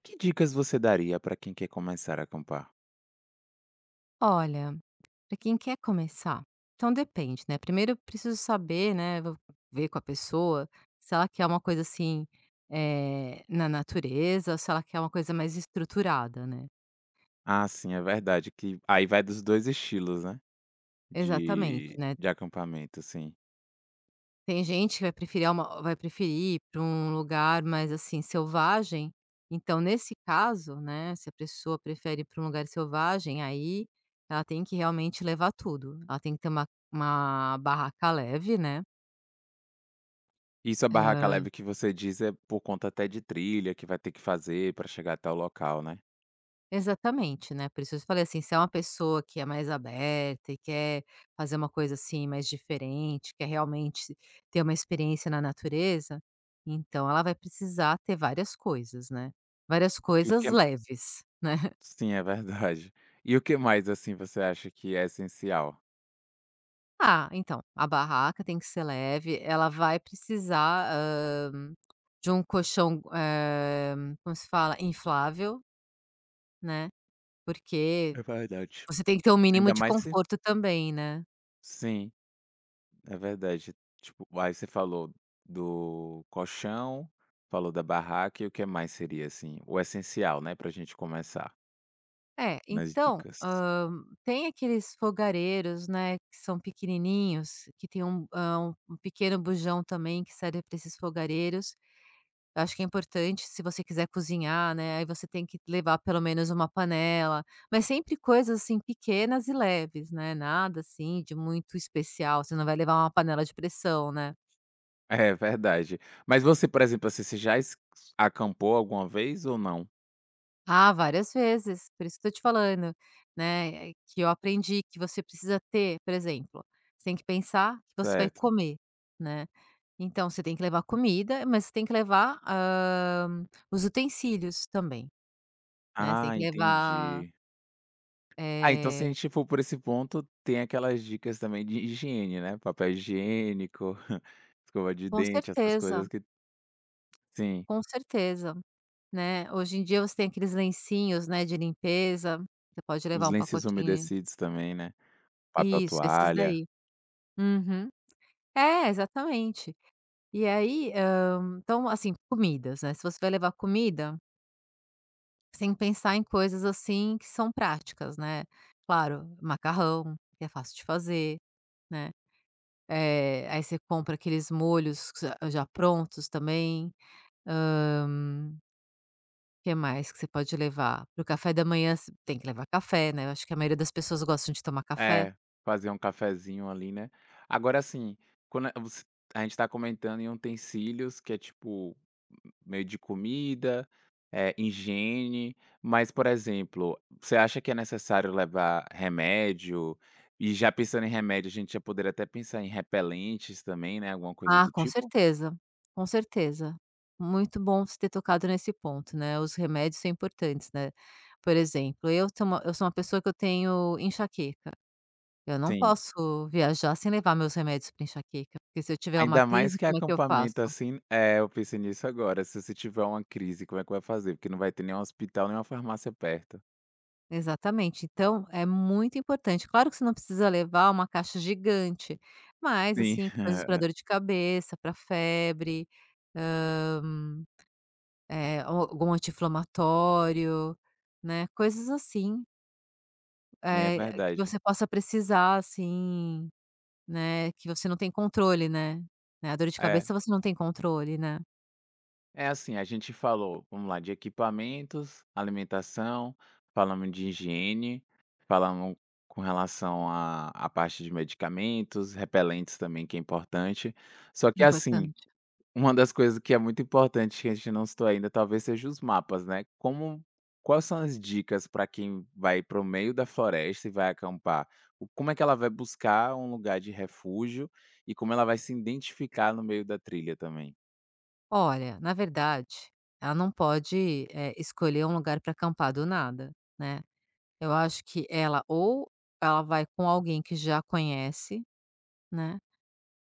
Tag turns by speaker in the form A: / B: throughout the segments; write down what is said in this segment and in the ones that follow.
A: Que dicas você daria para quem quer começar a acampar?
B: Olha, para quem quer começar, então depende, né. Primeiro eu preciso saber, né, vou ver com a pessoa, se ela quer uma coisa assim, na natureza ou se ela quer uma coisa mais estruturada, né.
A: Ah, sim, é verdade que aí vai dos 2 estilos, né,
B: Exatamente,
A: de
B: né.
A: de acampamento, sim.
B: Tem gente que vai preferir para um lugar mais, assim, selvagem, então nesse caso, né, se a pessoa prefere para um lugar selvagem, aí ela tem que realmente levar tudo. Ela tem que ter uma barraca leve, né.
A: Isso, a barraca leve que você diz é por conta até de trilha que vai ter que fazer para chegar até o local, né.
B: Exatamente, né, por isso eu falei assim, se é uma pessoa que é mais aberta e quer fazer uma coisa, assim, mais diferente, quer realmente ter uma experiência na natureza, então ela vai precisar ter várias coisas, né, várias
A: E o que
B: coisas leves, né.
A: Sim, é verdade. E o que mais, assim, você acha que é essencial?
B: Ah, então, a barraca tem que ser leve, ela vai precisar, de um colchão, como se fala? Inflável, né, porque
A: É verdade.
B: você tem que ter o mínimo
A: Ainda
B: de
A: mais se
B: conforto também, né.
A: Sim. É verdade. Tipo, aí você falou do colchão, falou da barraca e o que mais seria, assim, o essencial, né, pra gente começar
B: É,
A: nas
B: então,
A: dicas.
B: tem aqueles fogareiros, né, que são pequenininhos, que tem um hã, um um pequeno bujão também que serve para esses fogareiros. Eu acho que é importante se você quiser cozinhar, né, aí você tem que levar pelo menos uma panela, mas sempre coisas, assim, pequenas e leves, né, nada, assim, de muito especial, você não vai levar uma panela de pressão, né.
A: É verdade. Mas você, por exemplo, assim, você já es acampou alguma vez ou não?
B: Ah, várias vezes, por isso que eu tô te falando, né, que eu aprendi que você precisa ter, por exemplo, você tem que pensar que você vai
A: Certo.
B: comer, né. Então você tem que levar comida, mas você tem que levar, os utensílios também, né, você tem
A: Ah,
B: que levar
A: entendi. Ah, então
B: eh,
A: se a gente for por esse ponto, tem aquelas dicas também de higiene, né, papel higiênico, escova de
B: com
A: dente, essas
B: certeza,
A: coisas que sim,
B: com certeza, né. Hoje em dia você tem aqueles lencinhos, né, de limpeza, você pode
A: os
B: levar um
A: lenços
B: pacotinho.
A: umedecidos também, né, papel
B: Isso, esses
A: toalha.
B: daí. Uhum. É, exatamente. E aí. Então, assim, comidas, né, se você vai levar comida, sem pensar em coisas, assim, que são práticas, né. Claro, macarrão, que é fácil de fazer, né, aí você compra aqueles molhos que já prontos também. Hã, que mais que você pode levar? Pro café da manhã, você tem que levar café, né, eu acho que a maioria das pessoas gostam de tomar café.
A: É, fazer um cafezinho ali, né. Agora assim, quando a você a gente tá comentando em utensílios que é tipo, meio de comida, é higiene, mas, por exemplo, você acha que é necessário levar remédio? E já pensando em remédio, a gente já poderia até pensar em repelentes também, né, alguma coisa
B: Ah,
A: do
B: com
A: tipo?
B: certeza, com certeza. Muito bom você ter tocado nesse ponto, né, os remédios são importantes, né. Por exemplo, eu sou uma pessoa que eu tenho enxaqueca, eu não
A: Sim.
B: posso viajar sem levar meus remédios para enxaqueca, porque se eu tiver uma
A: Ainda mais
B: crise,
A: que é
B: como é que eu faço?
A: acampamento, assim é, eu pensei nisso agora, se você tiver uma crise, como é que vai fazer? Porque não vai ter nenhum hospital, nenhuma farmácia perto.
B: Exatamente, então é muito importante. Claro que você não precisa levar uma caixa gigante, mas,
A: Sim.
B: assim, coisas para dor de cabeça, para febre. Al algum anti-inflamatório, né, coisas assim,
A: Sim, é
B: que
A: verdade.
B: você possa precisar, assim, né, que você não tem controle, né, né, a dor de
A: É,
B: cabeça você não tem controle, né,
A: é assim, a gente falou, vamos lá, de equipamentos, alimentação, falamos de higiene, falamos com relação à parte de medicamentos, repelentes também, que é importante. Só que assim,
B: importante.
A: uma das coisas que é muito importante que a gente não citou ainda, talvez seja os mapas, né. Como Quais são as dicas para quem vai para o meio da floresta e vai acampar? O como é que ela vai buscar um lugar de refúgio e como ela vai se identificar no meio da trilha também?
B: Olha, na verdade, ela não pode, escolher um lugar para acampar do nada, né, eu acho que ela vai com alguém que já conhece, né.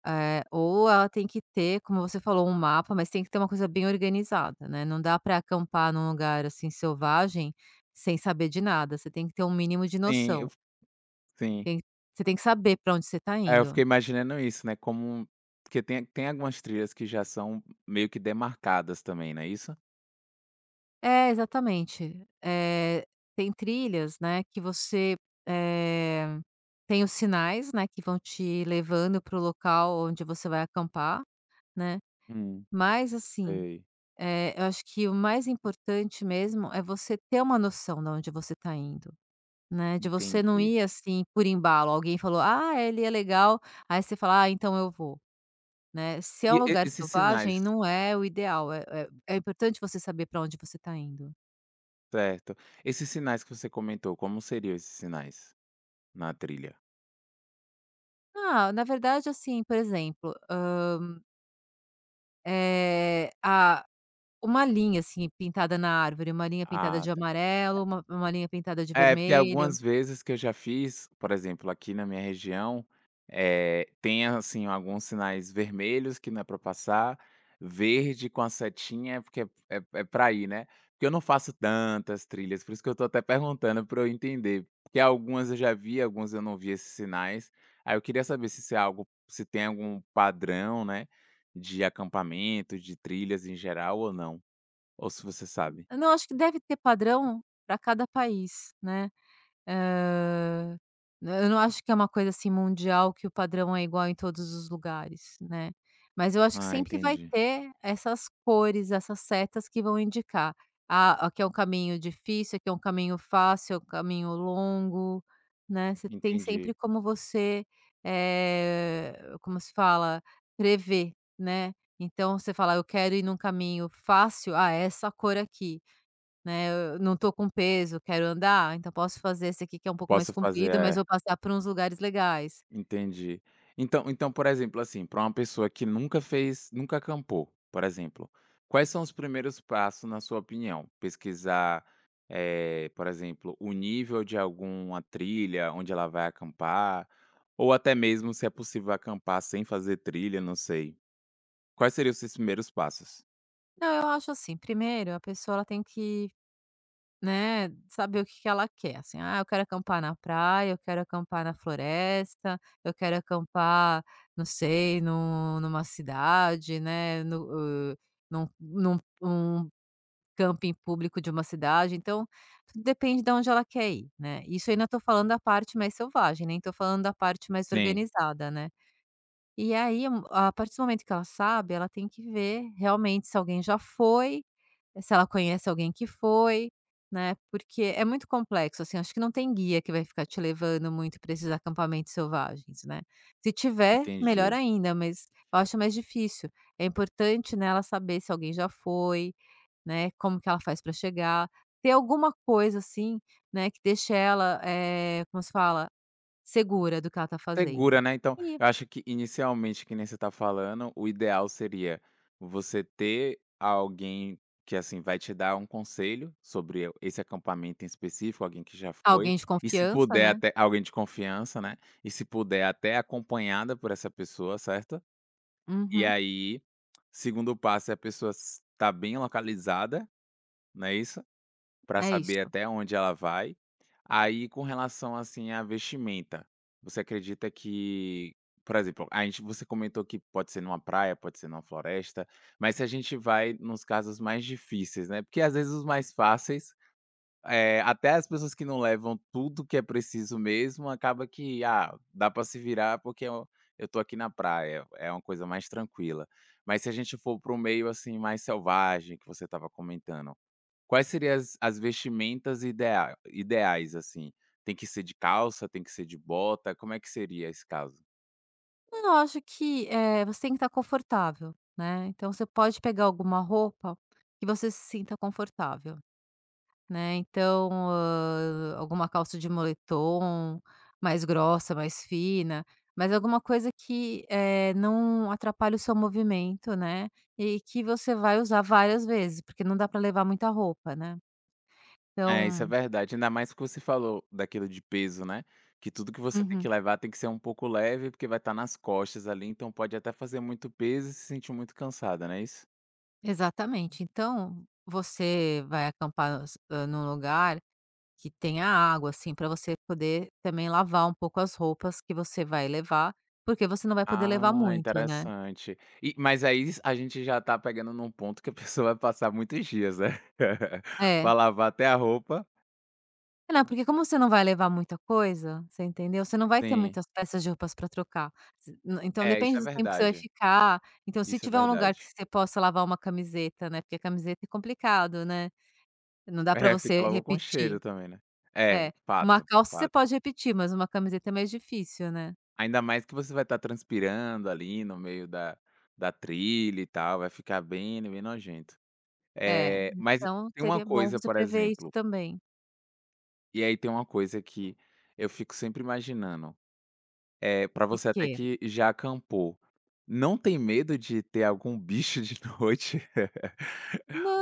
B: É, ou ela tem que ter, como você falou, um mapa, mas tem que ter uma coisa bem organizada, né. Não dá para acampar num lugar, assim, selvagem, sem saber de nada, você tem que ter um mínimo de
A: Sim, eu
B: noção.
A: sim.
B: Tem Você tem que saber para onde você está
A: É, eu fiquei
B: indo.
A: imaginando isso, né, como porque tem algumas trilhas que já são meio que demarcadas também, não é isso?
B: É, exatamente. Tem trilhas, né, que você, eh, tem os sinais, né, que vão te levando para o local onde você vai acampar, né.
A: Hum,
B: Mas assim.
A: sei,
B: É, eu acho que o mais importante mesmo é você ter uma noção de onde você está indo, né, de você não
A: entendi.
B: ir, assim, por embalo. Alguém falou: "Ah, ele é legal", aí você fala: "Ah, então eu vou", né. Se é um
A: E
B: lugar
A: esses sinais
B: selvagem, não é o ideal, é importante você saber para onde você está indo.
A: Certo. Esses sinais que você comentou, como seriam esses sinais na trilha?
B: Ah, na verdade, assim, por exemplo, é a uma linha, assim, pintada na árvore, uma linha pintada
A: Ah,
B: de amarelo, uma linha pintada de
A: é, porque
B: vermelho.
A: algumas vezes que eu já fiz, por exemplo, aqui na minha região, tem, assim, alguns sinais vermelhos que não é para passar, verde com a setinha é porque é pra ir, né. Porque eu não faço tantas trilhas, por isso que eu tô até perguntando para eu entender, porque algumas eu já vi, algumas eu não vi esses sinais. Aí eu queria saber se isso é algo se tem algum padrão, né, de acampamento, de trilhas em geral ou não, ou se você sabe.
B: Eu Não, acho que deve ter padrão para cada país, né. Hã, eu não acho que é uma coisa, assim, mundial que o padrão é igual em todos os lugares, né. Mas eu acho que
A: Ah,
B: sempre vai
A: entendi,
B: ter essas cores, essas setas que vão indicar: "Ah, aqui é um caminho difícil, aqui é um caminho fácil, é um caminho longo", né. Você tem sempre
A: entendi.
B: como você, como se fala? Prever, né. Então você fala: "Eu quero ir num caminho fácil, ah, é essa cor aqui". Né, eu não tô com peso, quero andar, então posso fazer esse aqui que é um pouco mais
A: Posso
B: comprido,
A: fazer
B: mas
A: é.
B: vou passar por uns lugares legais.
A: Entendi. Então, por exemplo, assim, para uma pessoa que nunca acampou, por exemplo, quais são os primeiros passos na sua opinião? Pesquisar, por exemplo, o nível de alguma trilha onde ela vai acampar, ou até mesmo se é possível acampar sem fazer trilha, não sei. Quais seriam os seus primeiros passos?
B: Não, eu acho assim, primeiro a pessoa ela tem que, né, saber o que que ela quer, assim: "Ah, eu quero acampar na praia, eu quero acampar na floresta, eu quero acampar, não sei, numa cidade, né, no hã, num num um camping público de uma cidade, então tudo depende da onde ela quer ir, né. Isso ainda estou falando da parte mais selvagem, nem estou falando da parte mais
A: Sim,
B: organizada, né. E aí, a partir do momento que ela sabe, ela tem que ver realmente se alguém já foi, se ela conhece alguém que foi, né, porque é muito complexo, assim, acho que não tem guia que vai ficar te levando muito para esses acampamentos selvagens, né. Se tiver, melhor
A: entendi.
B: ainda, mas eu acho mais difícil. É importante, né, ela saber se alguém já foi, né, como que ela faz para chegar. Ter alguma coisa assim, né, que deixe ela, como se fala? Segura do que ela tá fazendo.
A: Segura, né, então,
B: E
A: eu acho que inicialmente, que nem você tá falando, o ideal seria você ter alguém que, assim, vai te dar um conselho sobre o esse acampamento em específico, alguém que já foi,
B: alguém de
A: e se
B: confiança,
A: puder
B: né.
A: até alguém de confiança, né, e se puder até acompanhada por essa pessoa, certo? E
B: Uhum,
A: aí, segundo passo é a pessoa s tá bem localizada, não é isso? Para
B: é
A: saber
B: isso.
A: até onde ela vai. Aí com relação, assim, à vestimenta, você acredita que por exemplo, a gente você comentou que pode ser numa praia, pode ser numa floresta, mas se a gente vai nos casos mais difíceis, né, porque às vezes os mais fáceis, até as pessoas que não levam tudo que é preciso mesmo, acaba que, ah, dá para se virar porque eu tô aqui na praia, é uma coisa mais tranquila. Mas se a gente for para um meio, assim, mais selvagem que você estava comentando, quais seriam as vestimentas ideais, assim? Tem que ser de calça, tem que ser de bota, como é que seria esse caso?
B: Eu acho que, você tem que estar confortável, né, então você pode pegar alguma roupa que você se sinta confortável. Né, então, alguma calça de moletom, mais grossa, mais fina, mas alguma coisa que, não atrapalhe o seu movimento, né, e que você vai usar várias vezes, porque não dá para levar muita roupa, né.
A: É, isso é
B: Então,
A: verdade, ainda mais que você falou daquilo de peso, né, que tudo que você tem que
B: uhum,
A: levar tem que ser um pouco leve, porque vai estar nas costas ali, então pode até fazer muito peso e se sentir muito cansada, não é isso?
B: exatamente. Então, você vai acampar num lugar que tenha água, assim, para você poder também lavar um pouco as roupas que você vai levar, porque você não vai poder levar
A: Ah,
B: muito, né.
A: interessante. E mas aí a gente já tá pegando num ponto que a pessoa vai passar muitos dias, né,
B: É.
A: pra lavar até a roupa.
B: É, não, porque como você não vai levar muita coisa, você entendeu, você não vai ter
A: Sim.
B: muitas peças de roupas para trocar. Se n Então
A: É, isso
B: depende
A: é
B: do tempo que você vai
A: verdade,
B: ficar, então se
A: isso é
B: tiver um lugar que
A: verdade.
B: você possa lavar uma camiseta, né, porque a camiseta é complicado, né, não dá para
A: É, fica
B: você
A: logo com cheiro
B: repetir.
A: também, né. É,
B: É, uma
A: fato,
B: calça você
A: fato.
B: pode repetir, mas uma camiseta é mais difícil, né.
A: Ainda mais que você vai estar transpirando ali no meio da trilha e tal, vai ficar bem nojento.
B: É,
A: é mas
B: então
A: Tem uma
B: seria bom
A: coisa,
B: você
A: por
B: prever isso
A: exemplo,
B: também.
A: e aí tem uma coisa que eu fico sempre imaginando, é para
B: O
A: você até
B: quê?
A: que já acampou, não tem medo de ter algum bicho de noite?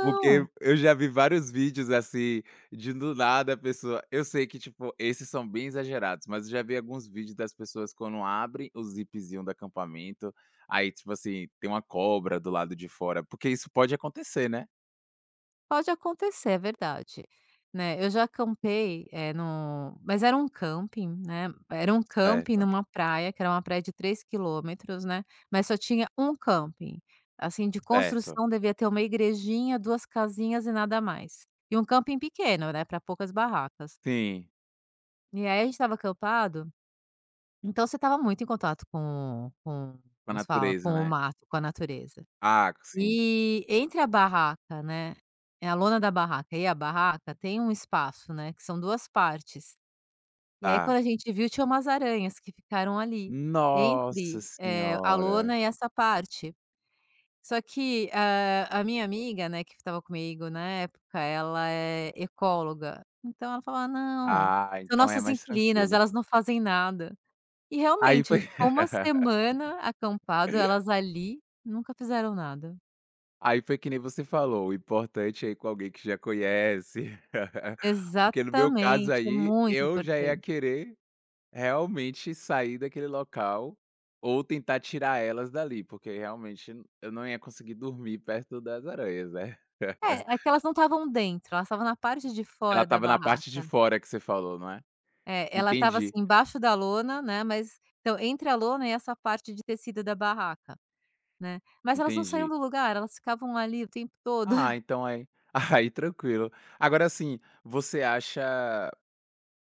A: Porque eu já vi vários vídeos, assim, de do nada a pessoa eu sei que, tipo, esses são bem exagerados, mas eu já vi alguns vídeos das pessoas quando abrem o zipzinho do acampamento, aí, tipo assim, tem uma cobra do lado de fora, porque isso pode acontecer, né.
B: Pode acontecer, é verdade, né. Eu já acampei, eh, no mas era um camping, né, era um camping
A: Certo,
B: numa praia, que era uma praia de 3 quilômetros, né, mas só tinha um camping. Assim, de
A: certo.
B: construção devia ter uma igrejinha, 2 casinhas e nada mais. E um camping pequeno, né, pra poucas barracas.
A: Sim,
B: E aí a gente estava acampado, então você estava muito em contato
A: com a
B: como se fala, com
A: natureza,
B: o
A: né.
B: mato, com a natureza.
A: Ah, sim,
B: E entre a barraca, né, é a lona da barraca e a barraca tem um espaço, né, que são 2 partes. E aí
A: tá.
B: quando a gente viu tinha umas aranhas que ficaram ali,
A: Nossa
B: entre, a
A: senhora!
B: lona e essa parte. Só que, a minha amiga, né, que estava comigo na época, ela é ecóloga, então ela falou: "Ah, não,
A: Ah,
B: são
A: então é
B: nossas
A: mais
B: inquilinas,
A: tranquilo.
B: elas não fazem nada". E
A: Aí
B: realmente, a
A: foi
B: gente ficou uma semana acampado, elas ali, nunca fizeram nada.
A: aí foi que nem você falou, o importante é ir com alguém que já conhece, porque no meu caso
B: Exatamente, é
A: aí,
B: muito
A: eu já ia
B: importante.
A: querer realmente sair daquele local, ou tentar tirar elas dali, porque realmente n- eu não ia conseguir dormir perto das aranhas, né.
B: É, é que elas não estavam dentro, elas estavam na parte de
A: Ela
B: fora da
A: estava na parte de
B: barraca.
A: fora que você falou, não é?
B: É, ela estava,
A: Entendi,
B: assim, embaixo da lona, né, mas então entre a lona e essa parte de tecido da barraca, né. Mas elas não saíam
A: entendi.
B: do lugar, elas ficavam ali o tempo todo.
A: Ah, então aí aí tranquilo. Agora assim, você acha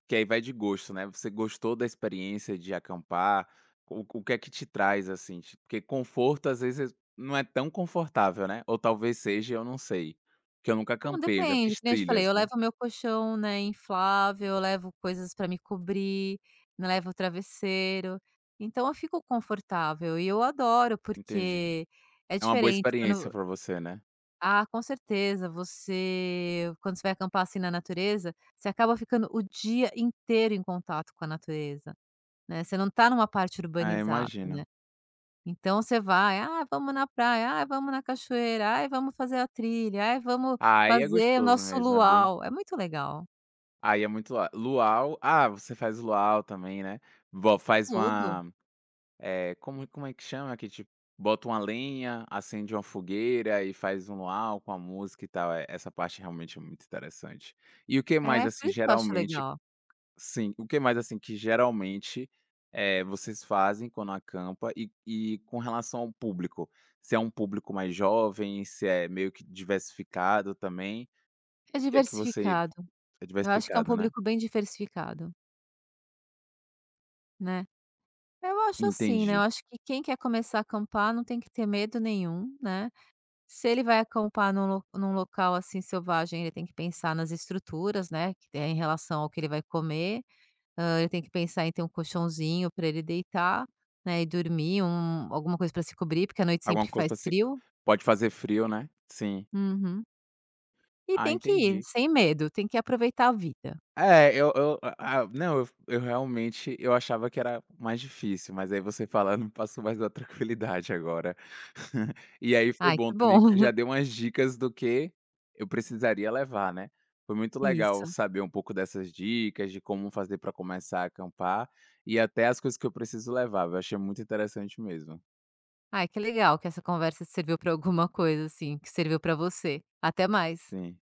A: que aí vai de gosto, né, você gostou da experiência de acampar? O que é que te traz, assim, ti porque conforto às vezes não é tão confortável, né, ou talvez seja, eu não sei, porque eu nunca
B: Não,
A: acampei, eu já
B: depende,
A: fiz
B: que eu te
A: trilhas,
B: falei, eu
A: né.
B: levo meu colchão, né, inflável, eu levo coisas para me cobrir, né, levo o travesseiro, então eu fico confortável e eu adoro,
A: Entendi.
B: porque é
A: É uma boa
B: diferente
A: experiência
B: quando
A: pra você, né.
B: Ah, com certeza. Você quando você vai acampar, assim, na natureza, você acaba ficando o dia inteiro em contato com a natureza, né, você não tá numa parte
A: Ah,
B: urbanizada, né.
A: imagino.
B: Então você vai: "Ah, vamos na praia. Ah, vamos na cachoeira. Ah, vamos fazer a trilha. Ah, vamos
A: Ah, aí é
B: fazer o
A: gostoso
B: nosso
A: mesmo, é bem
B: luau". É muito legal.
A: aí é muito luau, ah, você faz luau também, né. Vo faz
B: Tudo.
A: uma Como como é que chama que tipo, bota uma lenha, acende uma fogueira e faz um luau com a música e tal, essa parte realmente é muito interessante. E o que
B: É,
A: mais,
B: por
A: assim,
B: isso que eu acho
A: geralmente
B: legal.
A: Sim, o que mais, assim, que geralmente, vocês fazem quando acampa e com relação ao público? Se é um público mais jovem, se é meio que diversificado também,
B: É
A: o que é que você
B: diversificado.
A: é
B: Eu acho que é um
A: diversificado, né?
B: público bem diversificado, né. Eu acho assim, né, eu
A: Entendi.
B: acho que quem quer começar a acampar não tem que ter medo nenhum, né. Se ele vai acampar num local, assim, selvagem, ele tem que pensar nas estruturas, né, que é em relação ao que ele vai comer, ele tem que pensar em ter um colchãozinho para ele deitar, né, e dormir, alguma coisa para se cobrir, porque à noite
A: Alguma
B: sempre
A: coisa
B: faz
A: pra se
B: frio.
A: pode fazer frio, né? Sim.
B: Uhum. E
A: Ah,
B: tem que ir,
A: entendi.
B: sem medo, tem que aproveitar a vida.
A: É, eu a não, eu realmente eu achava que era mais difícil, mas aí você falando me passou mais da tranquilidade agora. E aí foi
B: Ai,
A: bom
B: que
A: também
B: bom.
A: que você já deu umas dicas do que eu precisaria levar, né. Foi muito legal
B: Isso.
A: saber um pouco dessas dicas, de como fazer para começar a acampar, e até as coisas que eu preciso levar. Eu achei muito interessante mesmo.
B: Ai, que legal que essa conversa serviu para alguma coisa, assim, que serviu para você. Até mais.
A: Sim.